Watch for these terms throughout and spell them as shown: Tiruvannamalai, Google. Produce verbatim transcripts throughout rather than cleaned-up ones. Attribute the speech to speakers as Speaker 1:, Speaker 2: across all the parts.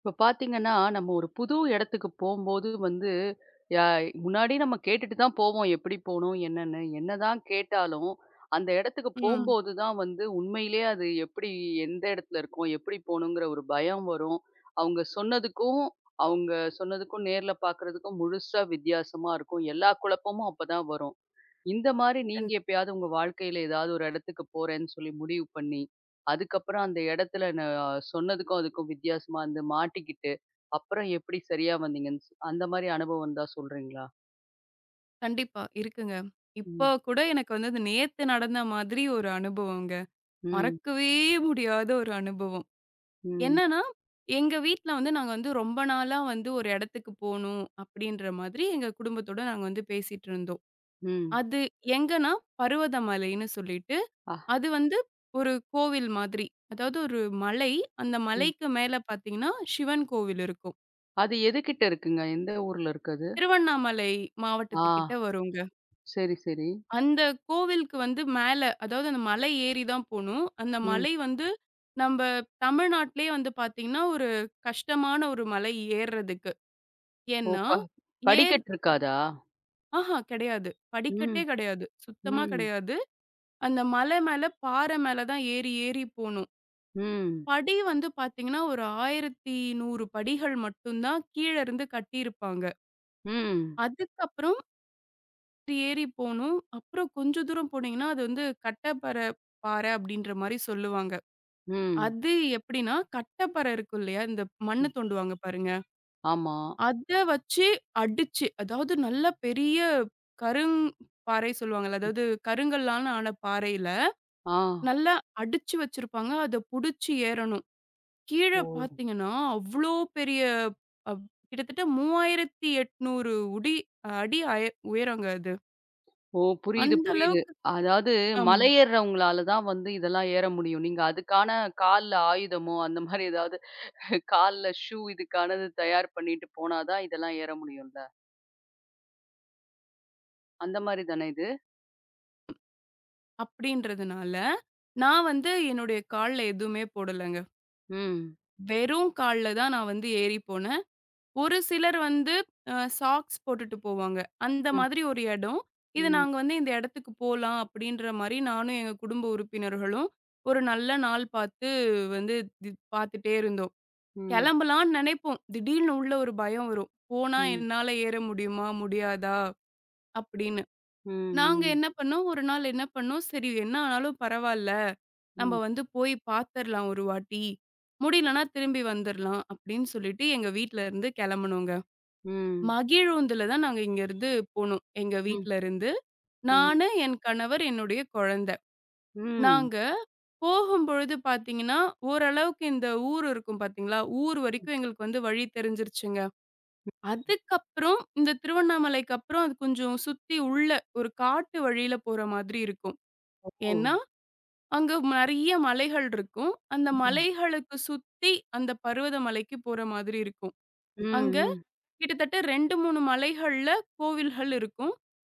Speaker 1: இப்ப பாத்தீங்கன்னா, நம்ம ஒரு புது இடத்துக்கு போம்போது வந்து, யா முன்னாடி நம்ம கேட்டுட்டு தான் போவோம். எப்படி போணும்? என்னன்னு? என்னதான் கேட்டாலும், அந்த இடத்துக்கு
Speaker 2: ம்.
Speaker 1: போம்போது தான் வந்து உண்மையிலேயே அது எப்படி எந்த இடத்துல இருக்கோம்? எப்படி போணுங்கிற ஒரு பயம் வரும். அவங்க சொன்னதுக்கும், அவங்க சொன்னதுக்கும் நேர்ல பாக்குறதுக்கும் முழுசா வித்தியாசமா இருக்கும். எல்லா குழப்பமும் அப்பதான் வரும். இந்த மாரி
Speaker 2: கண்
Speaker 1: நீங்க எப்பயாவது உங்க வாழ்க்கையில ஏதாவது ஒரு இடத்துக்கு போறேன்னு சொல்லி முடிவு பண்ணி, அதுக்கப்புறம் அந்த இடத்துல ந சொன்னதுக்கும் அதுக்கும் வித்தியாசமா வந்து மாட்டிக்கிட்டு, அப்புறம் எப்படி சரியா வந்தீங்கன்னு சொ அந்த மாரி அனுபவம் இருந்தா சொல்றீங்களா?
Speaker 2: கண்டிப்பா இருக்குங்க. இப்போ
Speaker 1: ம்.
Speaker 2: கூட எனக்கு வந்து அது நேத்து நடந்த மாதிரி ஒரு அனுபவங்க.
Speaker 1: ம்.
Speaker 2: மறக்கவே முடியாத ஒரு அனுபவம்.
Speaker 1: ம்.
Speaker 2: என்னன்னா, எங்க வீட்ல வந்து நாங்க வந்து ரொம்ப நாளா வந்து ஒரு இடத்துக்கு போணும் அப்படின்ற மாதிரி எங்க குடும்பத்தோட நாங்க வந்து பேசிட்டு இருந்தோம்.
Speaker 1: ம்.
Speaker 2: அது எங்கன்னா பருவதமலைன்னு சொல்லிட்டு,
Speaker 1: அ.
Speaker 2: அது வந்து ஒரு கோவில் மாதிரி. அதாவது ஒரு மலை. அந்த
Speaker 1: ம்.
Speaker 2: மலைக்கு மேல பார்த்தீங்கன்னா, சிவன் கோவில் இருக்கும்.
Speaker 1: அது எதுகிட்ட இருக்குங்க? எந்த ஊர்ல இருக்கு அது?
Speaker 2: திருவண்ணாமலை
Speaker 1: ஆ.
Speaker 2: மாவட்டத்துக்கிட்ட வருங்க.
Speaker 1: சரி, சரி.
Speaker 2: அந்த கோவிலுக்கு வந்து மேல, அதாவது அந்த மலை ஏறி தான் போணும். அந்த
Speaker 1: ம்.
Speaker 2: மலை வந்து நம்ப தமிழ்நாட்டிலேயே வந்து பார்த்தீங்கன்னா, ஒரு கஷ்டமான ஒரு மலை ஏறுறதுக்கு.
Speaker 1: ஓ!
Speaker 2: ஏன்னா,
Speaker 1: ப
Speaker 2: ஏர்
Speaker 1: படிக்கட்டு இருக்காதா?
Speaker 2: ஆஹா கிடையாது.
Speaker 1: ம்.
Speaker 2: படிக்கட்டே கிடையாது. சுத்தமா
Speaker 1: ம்.
Speaker 2: கிடையாது. அந்த மலை மேல பாறை மேல தான் ஏறி ஏறி போணும்.
Speaker 1: ம்.
Speaker 2: படி வந்து பார்த்தீங்கன்னா, ஒரு ஆயிரத்தி நூறு படிகள் மட்டும் தான் கீழ இருந்து கட்டியிருப்பாங்க.
Speaker 1: ம்.
Speaker 2: அதுக்கப்புறம் ஏறி போணும். அப்புறம் கொஞ்சம் தூரம் போனீங்கன்னா, அது வந்து கட்டப்பற பாறை அப்படின்ற மாரி சொல்லுவாங்க.
Speaker 1: ம்.
Speaker 2: அது எப்படின்னா, கட்டப்பறை இருக்கும் இல்லையா? இந்த மண்ணு
Speaker 1: ம்.
Speaker 2: தோண்டுவாங்க பாருங்க.
Speaker 1: ஆமா.
Speaker 2: அத வச்சு அடிச்சு, அதாவது நல்ல பெரிய கருங் பாறை சொல்லுவாங்கல்ல. அதாவது கருங்கல்லால ஆன பாறையில,
Speaker 1: ஆ.
Speaker 2: நல்லா அடிச்சு வச்சிருப்பாங்க. அத புடிச்சு ஏறணும். கீழ
Speaker 1: ஓ!
Speaker 2: பார்த்தீங்கன்னா, அவ்ளோ பெரிய அ கிட்டத்தட்ட மூவாயிரத்தி எண்ணூறு உடி அடி அய உயரங்க அது.
Speaker 1: ஓ! புரியுது,
Speaker 2: அந்த
Speaker 1: புரியுது.
Speaker 2: அளவுக்கு
Speaker 1: அதாவது
Speaker 2: அம்
Speaker 1: மலையேறுறவங்களால தான் வந்து இதெல்லாம் ஏற முடியும். நீங்க அதுக்கான கால்ல ஆயுதமோ, அந்த மாரி ஏதாவது கால்ல ஷூ இதுக்கானது தயார் பண்ணிட்டு போனா தான் இதெல்லாம் ஏற முடியும்ல. அந்த மாரி தானே இது?
Speaker 2: அப்படின்றதுனால, நான் வந்து என்னுடைய கால்ல எதுவுமே போடலங்க.
Speaker 1: ம்.
Speaker 2: வெறும் கால்ல தான் நான் வந்து ஏறி போனேன். ஒரு சிலர் வந்து அ சாக்ஸ் போட்டுட்டு போவாங்க. அந்த
Speaker 1: ம்.
Speaker 2: மாதிரி ஒரு இடம். இது
Speaker 1: ம்.
Speaker 2: நாங்க வந்து இந்த இடத்துக்கு போலாம் அப்படின்ற மாரி நானும் எங்க குடும்ப உறுப்பினர்களும் ஒரு நல்ல நாள் பார்த்து வந்து தி பார்த்துட்டே இருந்தோம்.
Speaker 1: ம்.
Speaker 2: கிளம்பலான்னு நினைப்போம். திடீர்னு உள்ள ஒரு பயம் வரும். போனா
Speaker 1: ம்.
Speaker 2: என்னால ஏற முடியுமா? முடியாதா? அப்படின்னு. நாங்க
Speaker 1: ம்.
Speaker 2: என்ன பண்ணோம், ஒரு நாள் என்ன பண்ணோம், சரி என்ன ஆனாலும் பரவால்ல. நம்ம
Speaker 1: ம்.
Speaker 2: வந்து போய் பார்த்துரலாம் ஒரு வாட்டி. முடியலன்னா திரும்பி வந்துரலாம் அப்படின்னு சொல்லிட்டு எங்க வீட்ல இருந்து கிளம்புனோங்க.
Speaker 1: ம்.
Speaker 2: மகிழுந்துல தான் நாங்க இங்கருந்து போனோம். எங்க
Speaker 1: ம்.
Speaker 2: வீட்ல இருந்து.
Speaker 1: ம்.
Speaker 2: நானு, என் கணவர், என்னுடைய குழந்தை.
Speaker 1: ம்.
Speaker 2: நாங்க போகும்பொழுது பார்த்தீங்கன்னா, ஓரளவுக்கு இந்த ஊர் இருக்கும் பார்த்தீங்களா? ஊர்
Speaker 1: ம்.
Speaker 2: வரைக்கும் எங்களுக்கு வந்து வழி தெரிஞ்சிருச்சுங்க. அதுக்கப்புறம் இந்த திருவண்ணாமலைக்கு அப்புறம் அது கொஞ்சம் சுத்தி உள்ள ஒரு காட்டு வழியில போற மாதிரி இருக்கும்.
Speaker 1: ஓ!
Speaker 2: ஏன்னா, அங்க நெறைய மலைகள் இருக்கும். அந்த
Speaker 1: ம்.
Speaker 2: மலைகளுக்கு சுத்தி அந்த பர்வத மலைக்கு போற மாதிரி இருக்கும்.
Speaker 1: ம்.
Speaker 2: அங்க
Speaker 1: ம்.
Speaker 2: கிட்டத்தட்ட இரண்டு, மூணு மலைகள்ல கோவில்கள் இருக்கும்.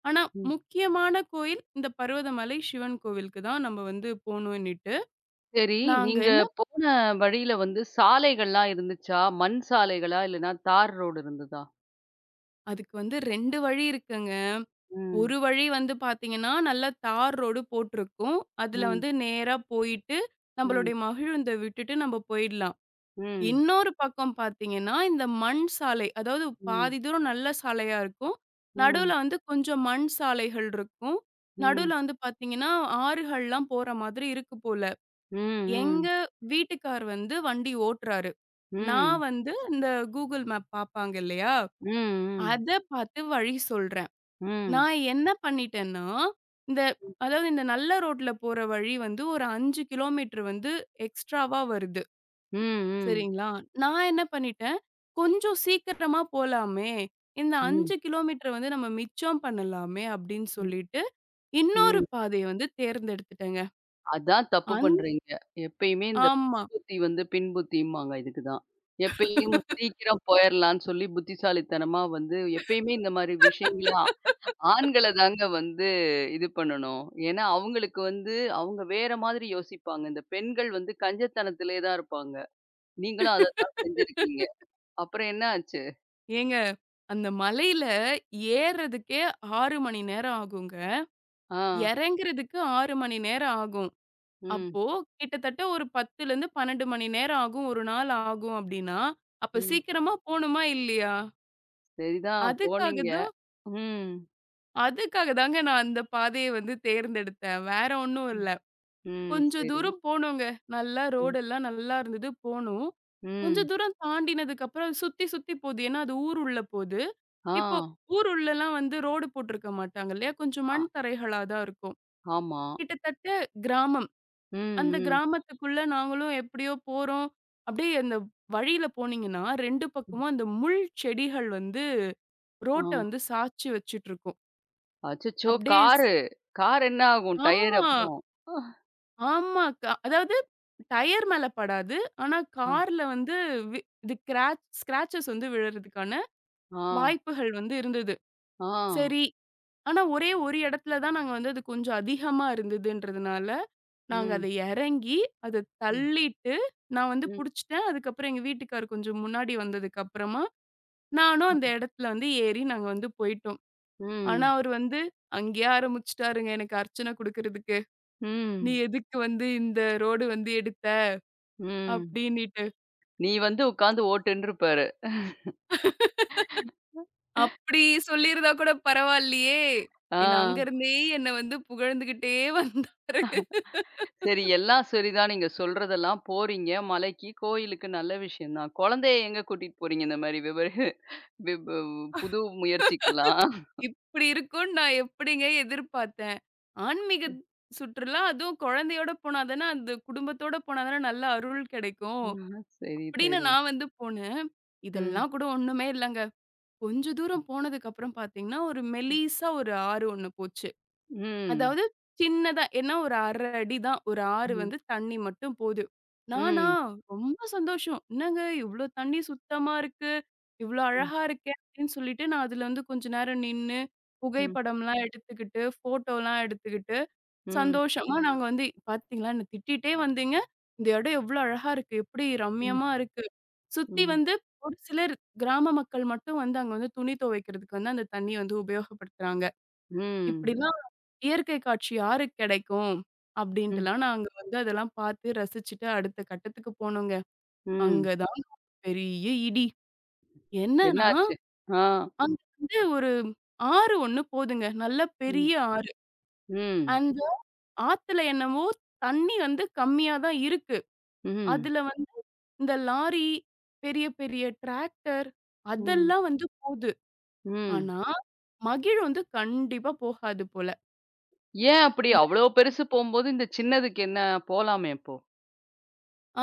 Speaker 2: ஆனா,
Speaker 1: ம்.
Speaker 2: முக்கியமான கோயில் இந்த பர்வதமலை சிவன் கோவிலுக்கு தான் நம்ம வந்து போணும்னுட்டு,
Speaker 1: சரி.
Speaker 2: நாங்க
Speaker 1: நீங்க
Speaker 2: என்ன
Speaker 1: போன வழியில வந்து சாலைகள்லாம் இருந்துச்சா? மண் சாலைகளா? இல்லன்னா தார் ரோடு இருந்ததா?
Speaker 2: அதுக்கு வந்து இரண்டு வழி இருக்குங்க.
Speaker 1: ம்.
Speaker 2: ஒரு வழி வந்து பார்த்தீங்கன்னா, நல்லா தார் ரோடு போட்டிருக்கும். அதுல
Speaker 1: ம்.
Speaker 2: வந்து நேரா போயிட்டு,
Speaker 1: ம்,
Speaker 2: நம்மளுடைய மகிழுந்த விட்டுட்டு நம்ம போயிடலாம்.
Speaker 1: ம்,
Speaker 2: இன்னொரு பக்கம் பார்த்தீங்கன்னா, இந்த மண் சாலை, அதாவது
Speaker 1: ம்,
Speaker 2: பாதி தூரம் நல்ல சாலையா இருக்கும்.
Speaker 1: ம்,
Speaker 2: நடுவுல வந்து கொஞ்சம் மண் சாலைகள் இருக்கும்.
Speaker 1: ம்,
Speaker 2: நடுவுல வந்து பார்த்தீங்கன்னா, ஆறுகள்லாம் போற மாதிரி இருக்கு போல.
Speaker 1: ம்,
Speaker 2: எங்க
Speaker 1: ம்,
Speaker 2: வீட்டுக்கார் வந்து வண்டி ஓட்டுறாரு. நான்
Speaker 1: ம்,
Speaker 2: வந்து இந்த Google மேப் பார்ப்பாங்க இல்லையா?
Speaker 1: ம், ம்,
Speaker 2: அத பார்த்து வழி சொல்றேன்.
Speaker 1: ம்,
Speaker 2: நான் என்ன பண்ணிட்டேன்னா, இந்த அதாவது இந்த நல்ல ரோட்ல போற வழி வந்து ஒரு ஐந்து கிலோமீட்டர் வந்து எக்ஸ்ட்ராவா வருது.
Speaker 1: ம்,
Speaker 2: சரிங்களா? நான் என்ன பண்ணிட்டேன், கொஞ்சம் சீக்கிரமா போலாமே! இந்த ஐந்து கிலோமீட்டர் வந்து நம்ம மிச்சம் பண்ணலாமே! அப்படின்னு
Speaker 1: ம்,
Speaker 2: சொல்லிட்டு, இன்னொரு
Speaker 1: ம்.
Speaker 2: பாதைய வந்து தேர்ந்தெடுத்துட்டேங்க.
Speaker 1: அதான் தப்பு
Speaker 2: அந்
Speaker 1: பண்றீங்க. எப்பயுமே இந்த
Speaker 2: ஆமா.
Speaker 1: புத்தி வந்து பின்புத்திம்பாங்க இதுக்கு தான். எப்பயும் சீக்கிரம் போயிரலான்னு சொல்லி புத்திசாலித்தனமா வந்து எப்பயுமே இந்த மாரி விஷயங்கள ஆண்கள தாங்க வந்து இது பண்ணணும். ஏன்னா, அவங்களுக்கு வந்து அவங்க வேற மாதிரி யோசிப்பாங்க. இந்த பெண்கள் வந்து கஞ்சத்தனத்திலே தான் இருப்பாங்க. நீங்களும் அத தான் செஞ்சிருக்கீங்க. அப்புறம் என்ன ஆச்சு?
Speaker 2: ஏங்க, அந்த மலையில ஏறுறதுக்கே ஆறு மணி நேரம் ஆகுங்க.
Speaker 1: ஆ.
Speaker 2: இறங்குறதுக்கு ஆறு மணி நேரம் ஆகும்.
Speaker 1: ம்.
Speaker 2: அப்போ கிட்டத்தட்ட ஒரு 10லருந்து பன்னிரண்டு மணி நேரம் ஆகும், ஒரு நாள் ஆகும் அப்படின்னா, அப்ப
Speaker 1: ம்.
Speaker 2: சீக்கிரமா போணுமா இல்லையா?
Speaker 1: சரிதான்
Speaker 2: அதுக்காக
Speaker 1: போனீங்க.
Speaker 2: தான்
Speaker 1: ம்.
Speaker 2: அதுக்காக தாங்க நான் அந்த பாதைய வந்து தேர்ந்தெடுத்தேன். வேற ஒண்ணும்
Speaker 1: ம்.
Speaker 2: இல்ல.
Speaker 1: ம்.
Speaker 2: கொஞ்சம்
Speaker 1: சரி.
Speaker 2: தூரம் போனோங்க. நல்லா
Speaker 1: ம்.
Speaker 2: ரோடெல்லாம் நல்லா இருந்தது, போனோம்.
Speaker 1: ம்.
Speaker 2: கொஞ்சம் தூரம் தாண்டினதுக்கப்புறம் அது சுத்தி சுத்தி போது. ஏன்னா, அது ஊர் உள்ள போது.
Speaker 1: ஆ.
Speaker 2: இப்போ ஊர் உள்ளலாம் வந்து ரோடு போட்டிருக்க மாட்டாங்க இல்லையா? கொஞ்சம்
Speaker 1: அ
Speaker 2: மண் தரைகளா தான் இருக்கும்.
Speaker 1: ஆமா.
Speaker 2: கிட்டத்தட்ட கிராமம்.
Speaker 1: ம்.
Speaker 2: அந்த
Speaker 1: ம்.
Speaker 2: கிராமத்துக்குள்ள நாங்களும் எப்படியோ போறோம். அப்படியே அந்த வழியில போனீங்கன்னா, ரெண்டு
Speaker 1: ம்.
Speaker 2: பக்கமும் அந்த முள் செடிகள் வந்து
Speaker 1: ஆ.
Speaker 2: ரோட்ட வந்து சாய்ச்சு வச்சுட்டு இருக்கும்.
Speaker 1: அச்சச்சோ!
Speaker 2: அப்படியே ஸ்
Speaker 1: காரு கார் என்ன ஆகும்? டயர்
Speaker 2: ஆமா.
Speaker 1: அப்புறம்.
Speaker 2: ஆமா. க அதாவது டயர் மேல படாது. ஆனா,
Speaker 1: ஆ.
Speaker 2: கார்ல வந்து வி இது கிராச் ஸ்க்ராச்சஸ் வந்து விழறதுக்கான
Speaker 1: ஆ.
Speaker 2: வாய்ப்புகள் வந்து இருந்தது.
Speaker 1: ஆ.
Speaker 2: சரி. ஆனா, ஒரே ஒரு இடத்துல தான் நாங்க வந்து அது கொஞ்சம் அதிகமா இருந்ததுன்றதுனால, நாங்க
Speaker 1: ம்.
Speaker 2: அத இறங்கி, அத
Speaker 1: ம்.
Speaker 2: தள்ளிட்டு, நான் வந்து
Speaker 1: ம்.
Speaker 2: புடிச்சுட்டேன். அதுக்கப்புறம் எங்க வீட்டுக்காரர் கொஞ்சம் முன்னாடி வந்ததுக்கப்புறமா, நானும் அந்த
Speaker 1: ம்.
Speaker 2: இடத்துல வந்து ஏறி நாங்க வந்து போயிட்டோம். ஆனா,
Speaker 1: ம்.
Speaker 2: அவரு வந்து அங்கேயே ஆரம்பிச்சுட்டாருங்க எனக்கு அர்ச்சனை குடுக்குறதுக்கு. "நீ
Speaker 1: ம்.
Speaker 2: எதுக்கு வந்து இந்த ரோடு வந்து எடுத்த?"
Speaker 1: ம்.
Speaker 2: அப்படின்னிட்டு.
Speaker 1: நீ வந்து உட்காந்து ஓட்டுன்ருப்பாரு.
Speaker 2: அப்படி சொல்லியிருந்தா கூட பரவாயில்லையே!
Speaker 1: ஆ.
Speaker 2: என்ன அங்கருந்தே என்ன வந்து புகழ்ந்துகிட்டே வந்தாரு.
Speaker 1: சரி, எல்லாம் சரிதான். நீங்க சொல்றதெல்லாம் போறீங்க. மலைக்கு, கோயிலுக்கு நல்ல விஷயம் தான். குழந்தைய எங்க கூட்டிட்டு போறீங்க? இந்த மாரி விபரி விப் புது முயற்சிக்கெல்லாம்.
Speaker 2: இப்படி இருக்கும்னு நான் எப்படிங்க எதிர்பார்த்தேன். ஆன்மீக சுற்றுலா அதுவும் குழந்தையோட போனா தானே, அந்த குடும்பத்தோட போனா தானே நல்ல அருள் கிடைக்கும்.
Speaker 1: ம். சரி,
Speaker 2: அப்படின்னு
Speaker 1: சரி.
Speaker 2: நான் வந்து போனேன்.
Speaker 1: ம்.
Speaker 2: இதெல்லாம் கூட ஒண்ணுமே இல்லங்க. கொஞ்ச தூரம் போனதுக்கு அப்புறம் பார்த்தீங்கன்னா, ஒரு
Speaker 1: ம்.
Speaker 2: மெலிசா ஒரு ஆறு ஒண்ணு போச்சு.
Speaker 1: ம்.
Speaker 2: அதாவது சின்னதா ஏன்னா ஒரு அரை அடி தான். ஒரு ஆறு
Speaker 1: ம்.
Speaker 2: வந்து தண்ணி மட்டும் போது. நானா ரொம்ப சந்தோஷம். "என்னங்க இவ்ளோ தண்ணி சுத்தமா இருக்கு. இவ்ளோ
Speaker 1: ம்.
Speaker 2: அழகா இருக்கே!" அப்படின்னு சொல்லிட்டு நான் அதுல வந்து கொஞ்ச நேரம் நின்னு,
Speaker 1: ம்.
Speaker 2: புகைப்படம்லாம் எடுத்துக்கிட்டு, ஃபோட்டோலாம் எடுத்துக்கிட்டு,
Speaker 1: ம்.
Speaker 2: சந்தோஷமா நாங்க வந்து "பாத்தீங்களா என்ன திட்டிட்டே வந்தீங்க. இந்த இடம் எவ்ளோ அழகா இருக்கு. எப்படி
Speaker 1: ம்.
Speaker 2: ரம்மியமா இருக்கு." சுத்தி
Speaker 1: ம்.
Speaker 2: வந்து ஒரு சிலர் கிராம மக்கள் மட்டும் வந்து அங்க வந்து துணி துவைக்கிறதுக்கு வந்து அந்த தண்ணிய வந்து உபயோகப்படுத்துறாங்க.
Speaker 1: ம்.
Speaker 2: இப்படிலாம் இயற்கை காட்சி யாருக்கு கிடைக்கும்?
Speaker 1: ம்.
Speaker 2: அப்படின்ட்டுலாம் நாங்க வந்து அதெல்லாம் பார்த்து ரசிச்சுட்டு அடுத்த கட்டத்துக்கு போனோங்க.
Speaker 1: ம்.
Speaker 2: அங்க தாங்க பெரிய இடி. என்னன்னா,
Speaker 1: என்னாச்சு? ஆ.
Speaker 2: அங்க வந்து ஒரு ஆறு ஒண்ணு போதுங்க. நல்ல
Speaker 1: ம்.
Speaker 2: பெரிய ஆறு.
Speaker 1: ம்.
Speaker 2: அந்த ஆத்துல என்னவோ தண்ணி வந்து கம்மியா தான் இருக்கு.
Speaker 1: ம்.
Speaker 2: அதுல வந்து இந்த லாரி, பெரிய பெரிய டிராக்டர்
Speaker 1: ம்.
Speaker 2: அதெல்லாம் வந்து போது.
Speaker 1: ம்.
Speaker 2: ஆனா, மகிழ் வந்து கண்டிப்பா போகாது போல.
Speaker 1: ஏன் அப்படி? அவ்வளோ பெருசு போம்போது, இந்த சின்னதுக்கு என்ன? போலாமே அப்போ.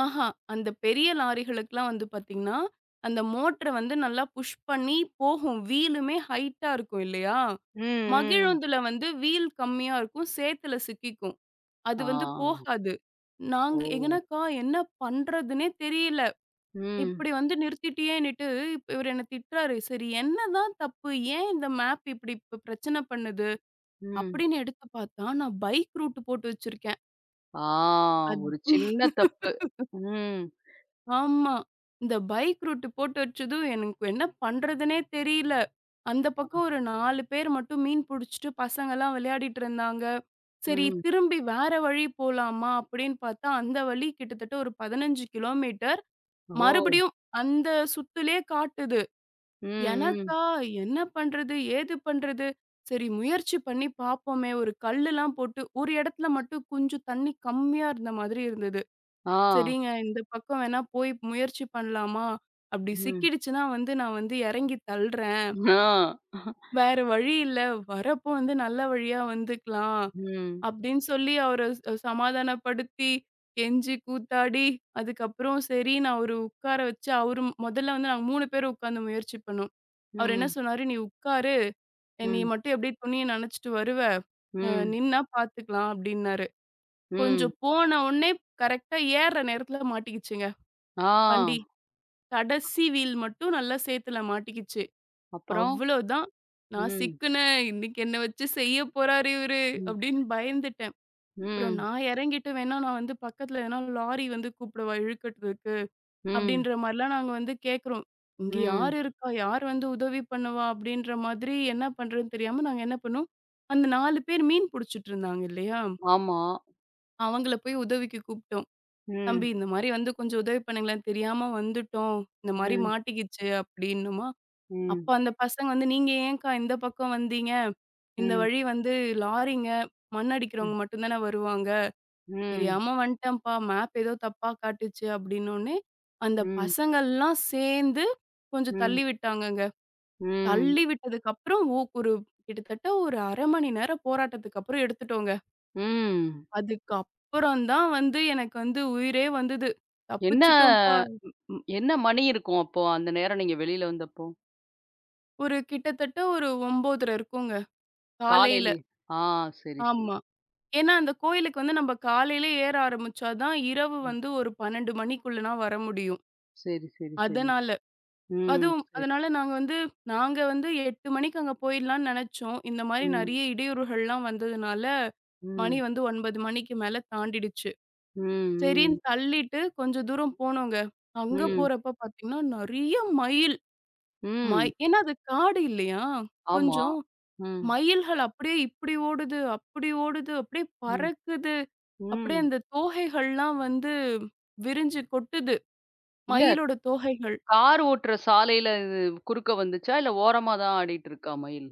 Speaker 2: ஆஹா! அந்த பெரிய லாரிகளுக்குலாம் வந்து பாத்தீங்கன்னா, அந்த மோட்டர வந்து நல்லா புஷ் பண்ணி போகும். வீலுமே ஹைட்டா இருக்கும் இல்லையா?
Speaker 1: ம். ம்.
Speaker 2: மகிழுந்துல வந்து வீல் கம்மியா இருக்கும். சேத்துல சிக்கிக்கும். அது
Speaker 1: ஆ.
Speaker 2: வந்து போகாது.
Speaker 1: ஓ!
Speaker 2: நாங்க எங்கனக்கா என்ன பண்றதுன்னே தெரியல.
Speaker 1: ம்,
Speaker 2: இப்படி வந்து நிறுத்திட்டியேன்னுட்டு, இப்ப இவரு என்ன திட்டுறாரு. சரி என்னதான் தப்பு? ஏன் இந்த மேப் இப்படி இப்ப பிரச்சனை பண்ணுது?
Speaker 1: ம்.
Speaker 2: அப்படின்னு எடுத்து பாத்தா, நான் பைக் ரூட் போட்டு வச்சிருக்கேன்.
Speaker 1: ஆ ஒரு சின்ன
Speaker 2: அது
Speaker 1: தப்பு. ம்.
Speaker 2: ஆமா. இந்த பைக் ரூட் போட்டு வச்சதும் எனக்கு என்ன பண்றதுன்னே தெரியல. அந்த பக்கம்
Speaker 1: ஆ.
Speaker 2: ஒரு நாலு பேர் மட்டும் மீன் புடிச்சுட்டு பசங்கலாம் விளையாடிட்டு இருந்தாங்க. சரி
Speaker 1: ம்.
Speaker 2: திரும்பி வேற வழி போலாமா அப்படின்னு பார்த்தா, அந்த வழி கிட்டத்தட்ட ஒரு பதினைந்து கிலோமீட்டர்
Speaker 1: ஓ!
Speaker 2: மறுபடியும் அந்த சுத்துலயே காட்டுது.
Speaker 1: ம், ம்.
Speaker 2: எனக்கா என்ன பண்றது? ஏது பண்றது? சரி முயற்சி பண்ணி பார்ப்போமே! ஒரு கல்லுலாம் போட்டு ஒரு இடத்துல மட்டும் கொஞ்சம் தண்ணி கம்மியா இருந்த மாதிரி இருந்தது.
Speaker 1: ஆ.
Speaker 2: சரிங்க. இந்த பக்கம் வேணா போய் முயற்சி பண்ணலாமா? அப்படி
Speaker 1: ம்.
Speaker 2: சிக்கிடுச்சுன்னா வந்து நான் வந்து இறங்கி தள்றேன்.
Speaker 1: ஆ.
Speaker 2: வேற வழி இல்ல. வரப்போ வந்து நல்ல வழியா வந்துக்கலாம்.
Speaker 1: ம்,
Speaker 2: அப்படின்னு சொல்லி அவர அ சமாதானப்படுத்தி, கெஞ்சி கூத்தாடி, அதுக்கப்புறம் சரி நான் ஒரு உட்கார வச்சு அவரு முதல்ல வந்து நாங்க மூணு பேரும் உட்காந்து முயற்சி பண்ணோம். அவர் என்ன
Speaker 1: ம்,
Speaker 2: சொன்னாரு, "நீ உட்காரு. நீ
Speaker 1: ம்,
Speaker 2: மட்டும் எப்படியே துணிய நனச்சுட்டு வருவ. அ
Speaker 1: ம்,
Speaker 2: நின்னா பாத்துக்கலாம்" அப்படின்னாரு.
Speaker 1: ம்.
Speaker 2: கொஞ்சம் போன உடனே கரெக்ட்டா ஏறுற நேரத்துல மாட்டிக்கிச்சுங்க
Speaker 1: ஆ.
Speaker 2: வண்டி. கடைசி வீல் மட்டும் நல்லா சேத்துல மாட்டிக்கிச்சு.
Speaker 1: அப்புறம்?
Speaker 2: அவ்வளோதான். நான்
Speaker 1: ம்,
Speaker 2: சிக்குனேன். இன்னைக்கு என்ன வச்சு செய்ய போறாரு இவரு
Speaker 1: ம்,
Speaker 2: அப்படின்னு பயந்துட்டேன். அப்புறம்
Speaker 1: ம்,
Speaker 2: நான் இறங்கிட்டு வேணா நான் வந்து பக்கத்துல எதனா லாரி வந்து கூப்பிடவா இழுக்கறதுக்கு?
Speaker 1: ம்,
Speaker 2: அப்படின்ற மாரிலாம் நாங்க வந்து கேட்குறோம். இங்க
Speaker 1: ம்.
Speaker 2: யார் இருக்கா? யார் வந்து உதவி பண்ணுவா? அப்படின்ற மாதிரி என்ன பண்றதுன்னு தெரியாம நாங்க என்ன பண்ணோம், அந்த நாலு பேர் மீன் புடிச்சிட்டு இருந்தாங்க இல்லையா?
Speaker 1: ஆமா.
Speaker 2: அவங்கள போய் உதவிக்கு கூப்பிட்டோம்.
Speaker 1: ம்,
Speaker 2: "தம்பி இந்த மாரி வந்து கொஞ்சம் உதவி பண்ணுங்களேன். தெரியாம வந்துட்டோம். இந்த மாரி
Speaker 1: ம்,
Speaker 2: மாட்டிக்கிச்சு" அப்படின்னோமா அப்ப
Speaker 1: ம்,
Speaker 2: அந்த பசங்க வந்து, "நீங்க ஏன்க்கா இந்த பக்கம் வந்தீங்க? இந்த
Speaker 1: ம்,
Speaker 2: வழி வந்து லாரிங்க, மண்
Speaker 1: ம்,
Speaker 2: அடிக்கிறவங்க மட்டும் தானே வருவாங்க.
Speaker 1: ம்,
Speaker 2: தெரியாம வந்துட்டேன்ப்பா, மேப் ஏதோ தப்பா காட்டுச்சு." அப்படின்னோனே, அந்த
Speaker 1: ம்,
Speaker 2: பசங்கள்லாம் சேர்ந்து கொஞ்சம்
Speaker 1: ம்,
Speaker 2: தள்ளி விட்டாங்கங்க.
Speaker 1: ம்,
Speaker 2: தள்ளி விட்டதுக்கப்புறம் ஓ ஒரு கிட்டத்தட்ட ஒரு அரை மணி நேரம் போராட்டத்துக்கு அப்புறம் எடுத்துட்டோங்க.
Speaker 1: ம்.
Speaker 2: அதுக்கப்புறம் தான் வந்து எனக்கு வந்து உயிரே வந்தது.
Speaker 1: என்ன
Speaker 2: தப்பிச்சுட்டோம்ப்பா.
Speaker 1: ம் என்ன மணி இருக்கும் அப்போ? அந்த நேரம் நீங்க வெளியில வந்தப்போ?
Speaker 2: ஒரு கிட்டத்தட்ட ஒரு ஒன்பது முப்பது இருக்குங்க, காலையில.
Speaker 1: காலையிலயே! ஆ சரி, சரி.
Speaker 2: ஆமா. ஏன்னா, அந்த கோயிலுக்கு வந்து நம்ம காலையில ஏற ஆரம்பிச்சா தான், இரவு
Speaker 1: ம்.
Speaker 2: வந்து ஒரு பன்னிரண்டு மணிக்குள்ளனா வர முடியும்.
Speaker 1: சரி, சரி, சரி.
Speaker 2: அதனால.
Speaker 1: ம்.
Speaker 2: அதுவும்
Speaker 1: சரி.
Speaker 2: அதனால நாங்க வந்து நாங்க வந்து எட்டு மணிக்கு அங்க போயிடலான்னு நெனச்சோம். இந்த மாரி
Speaker 1: ம்.
Speaker 2: நெறைய இடையூறுகள்லாம் வந்ததுனால, மணி
Speaker 1: ம்.
Speaker 2: வந்து ஒன்பது மணிக்கு மேல தாண்டிடுச்சு.
Speaker 1: ம். ம்.
Speaker 2: சரின்னு தள்ளிட்டு கொஞ்சம் தூரம் போனோங்க. அங்க
Speaker 1: ம்.
Speaker 2: போறப்ப பாத்தீங்கன்னா, நெறைய மயில். மை
Speaker 1: ம்.
Speaker 2: ஏன்னா அது காடு இல்லையா?
Speaker 1: ஆமா.
Speaker 2: கொஞ்சம்.
Speaker 1: ம்.
Speaker 2: மயில்கள் அப்படியே இப்படி ஓடுது, அப்படி ஓடுது, அப்படியே
Speaker 1: ம்.
Speaker 2: பறக்குது. அப்படியே
Speaker 1: ம்.
Speaker 2: அந்த தோகைகள்லாம் வந்து விரிஞ்சு கொட்டுது.
Speaker 1: இல்ல
Speaker 2: மயிலோட தோகைகள்.
Speaker 1: கார் ஓட்டுற சாலையில இது குறுக்க வந்துச்சா? இல்ல ஓரமா தான் ஆடிட்டு இருக்கா மயில்?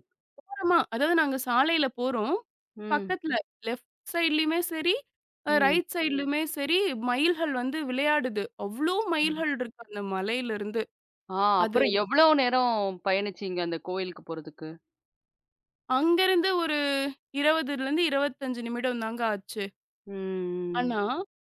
Speaker 2: ஓரமா அதாவது நாங்க சாலையில போறோம்.
Speaker 1: ம்.
Speaker 2: பக்கத்துல லெஃப்ட் சைட்லயுமே சரி, அ
Speaker 1: ம்.
Speaker 2: ரைட் சைட்லயுமே சரி மயில்கள் வந்து விளையாடுது. அவ்ளோ
Speaker 1: சரி.
Speaker 2: மயில்கள் இருக்கு அந்த மலையிலருந்து.
Speaker 1: ஆ
Speaker 2: அது
Speaker 1: அப்புறம் எவ்வளோ நேரம் பயணிச்சீங்க அந்த கோயிலுக்கு போறதுக்கு?
Speaker 2: அங்கருந்து ஒரு 20லேருந்து இருபத்தி ஐந்து நிமிடம் தாங்க ஆச்சு.
Speaker 1: ம்.
Speaker 2: ஆனா,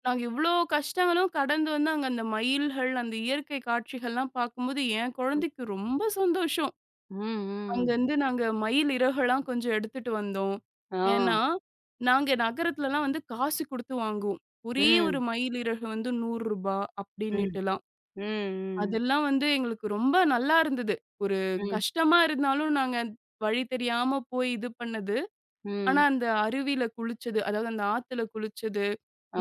Speaker 2: நாங்க இவ்ளோ கஷ்டங்களும் கடந்து வந்து அங்க அந்த மயில்கள், அந்த இயற்கை காட்சிகள்லாம் பார்க்கும்போது, என்
Speaker 1: ம்.
Speaker 2: குழந்தைக்கு ரொம்ப சந்தோஷம்.
Speaker 1: ம். ம்.
Speaker 2: அங்கருந்து நாங்க மயில் இறகெல்லாம் கொஞ்சம் எடுத்துட்டு வந்தோம்.
Speaker 1: ஆ.
Speaker 2: ஏன்னா, நாங்க நகரத்துலலாம் வந்து காசு குடுத்து வாங்குவோம். ஒரே ஒரு
Speaker 1: ம்.
Speaker 2: மயில் இறகு வந்து ரூ. நூறு ரூபாய்
Speaker 1: ம்.
Speaker 2: அப்படின்னுட்டுலாம்.
Speaker 1: ம், ம்.
Speaker 2: அதெல்லாம் வந்து எங்களுக்கு ரொம்ப நல்லா இருந்தது. ஒரு
Speaker 1: ம்,
Speaker 2: கஷ்டமா இருந்தாலும் நாங்க வழி தெரியாம போய் இது பண்ணது. ஆனா,
Speaker 1: ம்.
Speaker 2: அந்த அருவியில குளிச்சது, அதாவது அந்த ஆத்துல குளிச்சது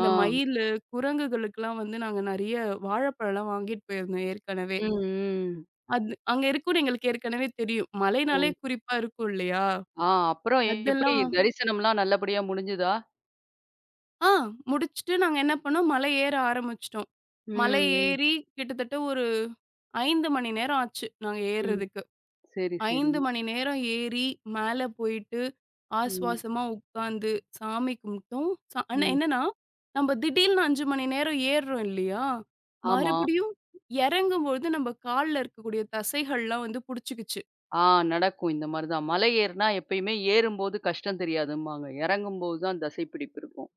Speaker 1: ஆ.
Speaker 2: மயிலு, குரங்குகளுக்கெல்லாம் வந்து நாங்க நெறைய வாழைப்பழம்லாம் வாங்கிட்டு போயிருந்தோம் ஏற்கனவே.
Speaker 1: ம், ம்.
Speaker 2: அது அங்க இருக்கும்னு எங்களுக்கு ஏற்கனவே தெரியும்.
Speaker 1: ஓ!
Speaker 2: மலைனாலே குறிப்பா இருக்கும் இல்லையா?
Speaker 1: ஆ அப்புறம் எப்படி
Speaker 2: அதெல்லாம்
Speaker 1: தரிசனம்லாம் நல்லபடியா முடிஞ்சுதா?
Speaker 2: ஆ முடிச்சுட்டு நாங்க என்ன பண்ணோம், மலை ஏற ஆரம்பிச்சுட்டோம்.
Speaker 1: ம்,
Speaker 2: மலை
Speaker 1: ம்,
Speaker 2: ஏறி கிட்டத்தட்ட ஒரு ஐந்து மணி நேரம் ஆச்சு நாங்க
Speaker 1: ம்.
Speaker 2: ஏறுறதுக்கு.
Speaker 1: சரி, சரி.
Speaker 2: ஐந்து மணி நேரம் ஏறி, மேல போயிட்டு,
Speaker 1: ம்,
Speaker 2: ஆஸ்வாசமா உட்காந்து, சாமி கும்பிட்டோம். ச ஆனா
Speaker 1: ம்.
Speaker 2: என்னன்னா, நம்ம திடீல்னு ஐந்து மணி நேரம் ஏறுறோம் இல்லையா?
Speaker 1: ஆமா.
Speaker 2: மறுபடியும் இறங்கும்பொழுது நம்ம கால்ல இருக்கக்கூடிய தசைகள்லாம் வந்து புடிச்சுக்குச்சு.
Speaker 1: ஆ நடக்கும். இந்த மாரி தான். மலை ஏறுனா எப்பயுமே ஏறும்போது கஷ்டம் தெரியாதும்பாங்க. இறங்கும்போது தான் தசைப்பிடிப்பு இருக்கும்.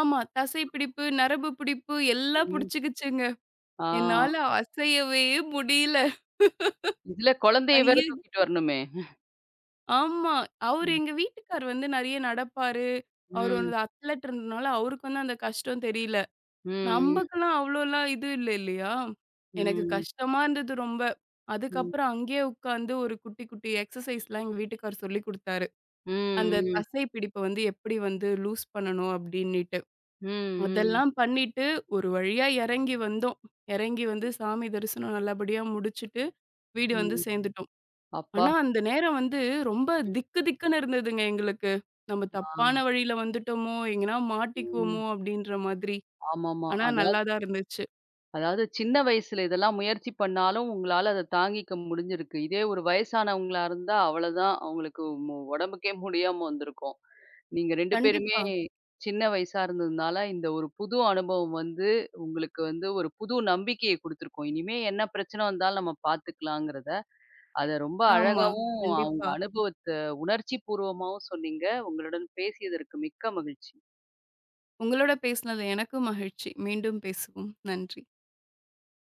Speaker 2: ஆமா, தசை பிடிப்பு, நரம்பு பிடிப்பு எல்லாம்
Speaker 1: ம்.
Speaker 2: புடிச்சுக்குச்சுங்க.
Speaker 1: ஆ.
Speaker 2: என்னால அசையவே முடியல.
Speaker 1: இதுல குழந்தைய வேற
Speaker 2: ஐய
Speaker 1: தூக்கிட்டு வரணுமே!
Speaker 2: ஆமா. அவரு
Speaker 1: ம்,
Speaker 2: எங்க வீட்டுக்கார் வந்து நெறைய நடப்பாரு. அவரு
Speaker 1: ம்,
Speaker 2: வந்து அத்லட் இருந்தனால, அவருக்கு வந்து அந்த கஷ்டம் தெரியல.
Speaker 1: ம்,
Speaker 2: நமக்கெல்லாம் அவ்ளோலாம் இது இல்ல இல்லையா?
Speaker 1: ம்,
Speaker 2: எனக்கு
Speaker 1: ம்,
Speaker 2: கஷ்டமா இருந்தது ரொம்ப.
Speaker 1: ம்,
Speaker 2: அதுக்கப்புறம் அங்கேயே உட்காந்து ஒரு குட்டி, குட்டி எக்சர்சைஸ்லாம் எங்க வீட்டுக்காரர் சொல்லிக் குடுத்தாரு. அந்த
Speaker 1: ம்,
Speaker 2: தசை பிடிப்ப வந்து எப்படி வந்து லூஸ் பண்ணணும் அப்படின்னிட்டு.
Speaker 1: ம், ம்,
Speaker 2: அதெல்லாம் பண்ணிட்டு ஒரு வழியா இறங்கி வந்தோம். இறங்கி வந்து சாமி தரிசனம் நல்லபடியா முடிச்சுட்டு வீடு வந்து
Speaker 1: ம்.
Speaker 2: சேர்ந்துட்டோம்.
Speaker 1: அப்பா!
Speaker 2: ஆனா அந்த நேரம் வந்து ரொம்ப திக்கு திக்குன்னு இருந்ததுங்க எங்களுக்கு. நம்ம
Speaker 1: ஆ.
Speaker 2: தப்பான வழியில வந்துட்டோமோ! எங்கனா
Speaker 1: ம்.
Speaker 2: மாட்டிக்குவோமோ! அப்படின்ற மாதிரி.
Speaker 1: ஆமாமா.
Speaker 2: ஆனா நல்லா
Speaker 1: அதாவது
Speaker 2: தான் இருந்துச்சு.
Speaker 1: அதாவது சின்ன வயசுல இதெல்லாம் முயற்சி பண்ணாலும், உங்களால அத தாங்கிக்க முடிஞ்சிருக்கு. இதே ஒரு வயசானவங்களா இருந்தா அவ்வளதான். அவங்களுக்கு மு உடம்புக்கே முடியாம வந்திருக்கும். நீங்க ரெண்டு பேருமே
Speaker 2: கண்டிப்பா.
Speaker 1: சின்ன வயசா இருந்ததுனால, இந்த ஒரு புது அனுபவம் வந்து, உங்களுக்கு வந்து ஒரு புது நம்பிக்கைய குடுத்துருக்கும். இனிமே என்ன பிரச்சனை வந்தாலும் நம்ம பார்த்துக்கலாங்கிறத. அத ரொம்ப
Speaker 2: ஆமா.
Speaker 1: அழகாவும், அவங்க
Speaker 2: கண்டிப்பா.
Speaker 1: அனுபவத்த உணர்ச்சி பூர்வமாவும் சொன்னீங்க. உங்களுடன் பேசியதற்கு மிக்க மகிழ்ச்சி.
Speaker 2: உங்களோட பேசினது எனக்கும் மகிழ்ச்சி. மீண்டும் பேசுவோம். நன்றி.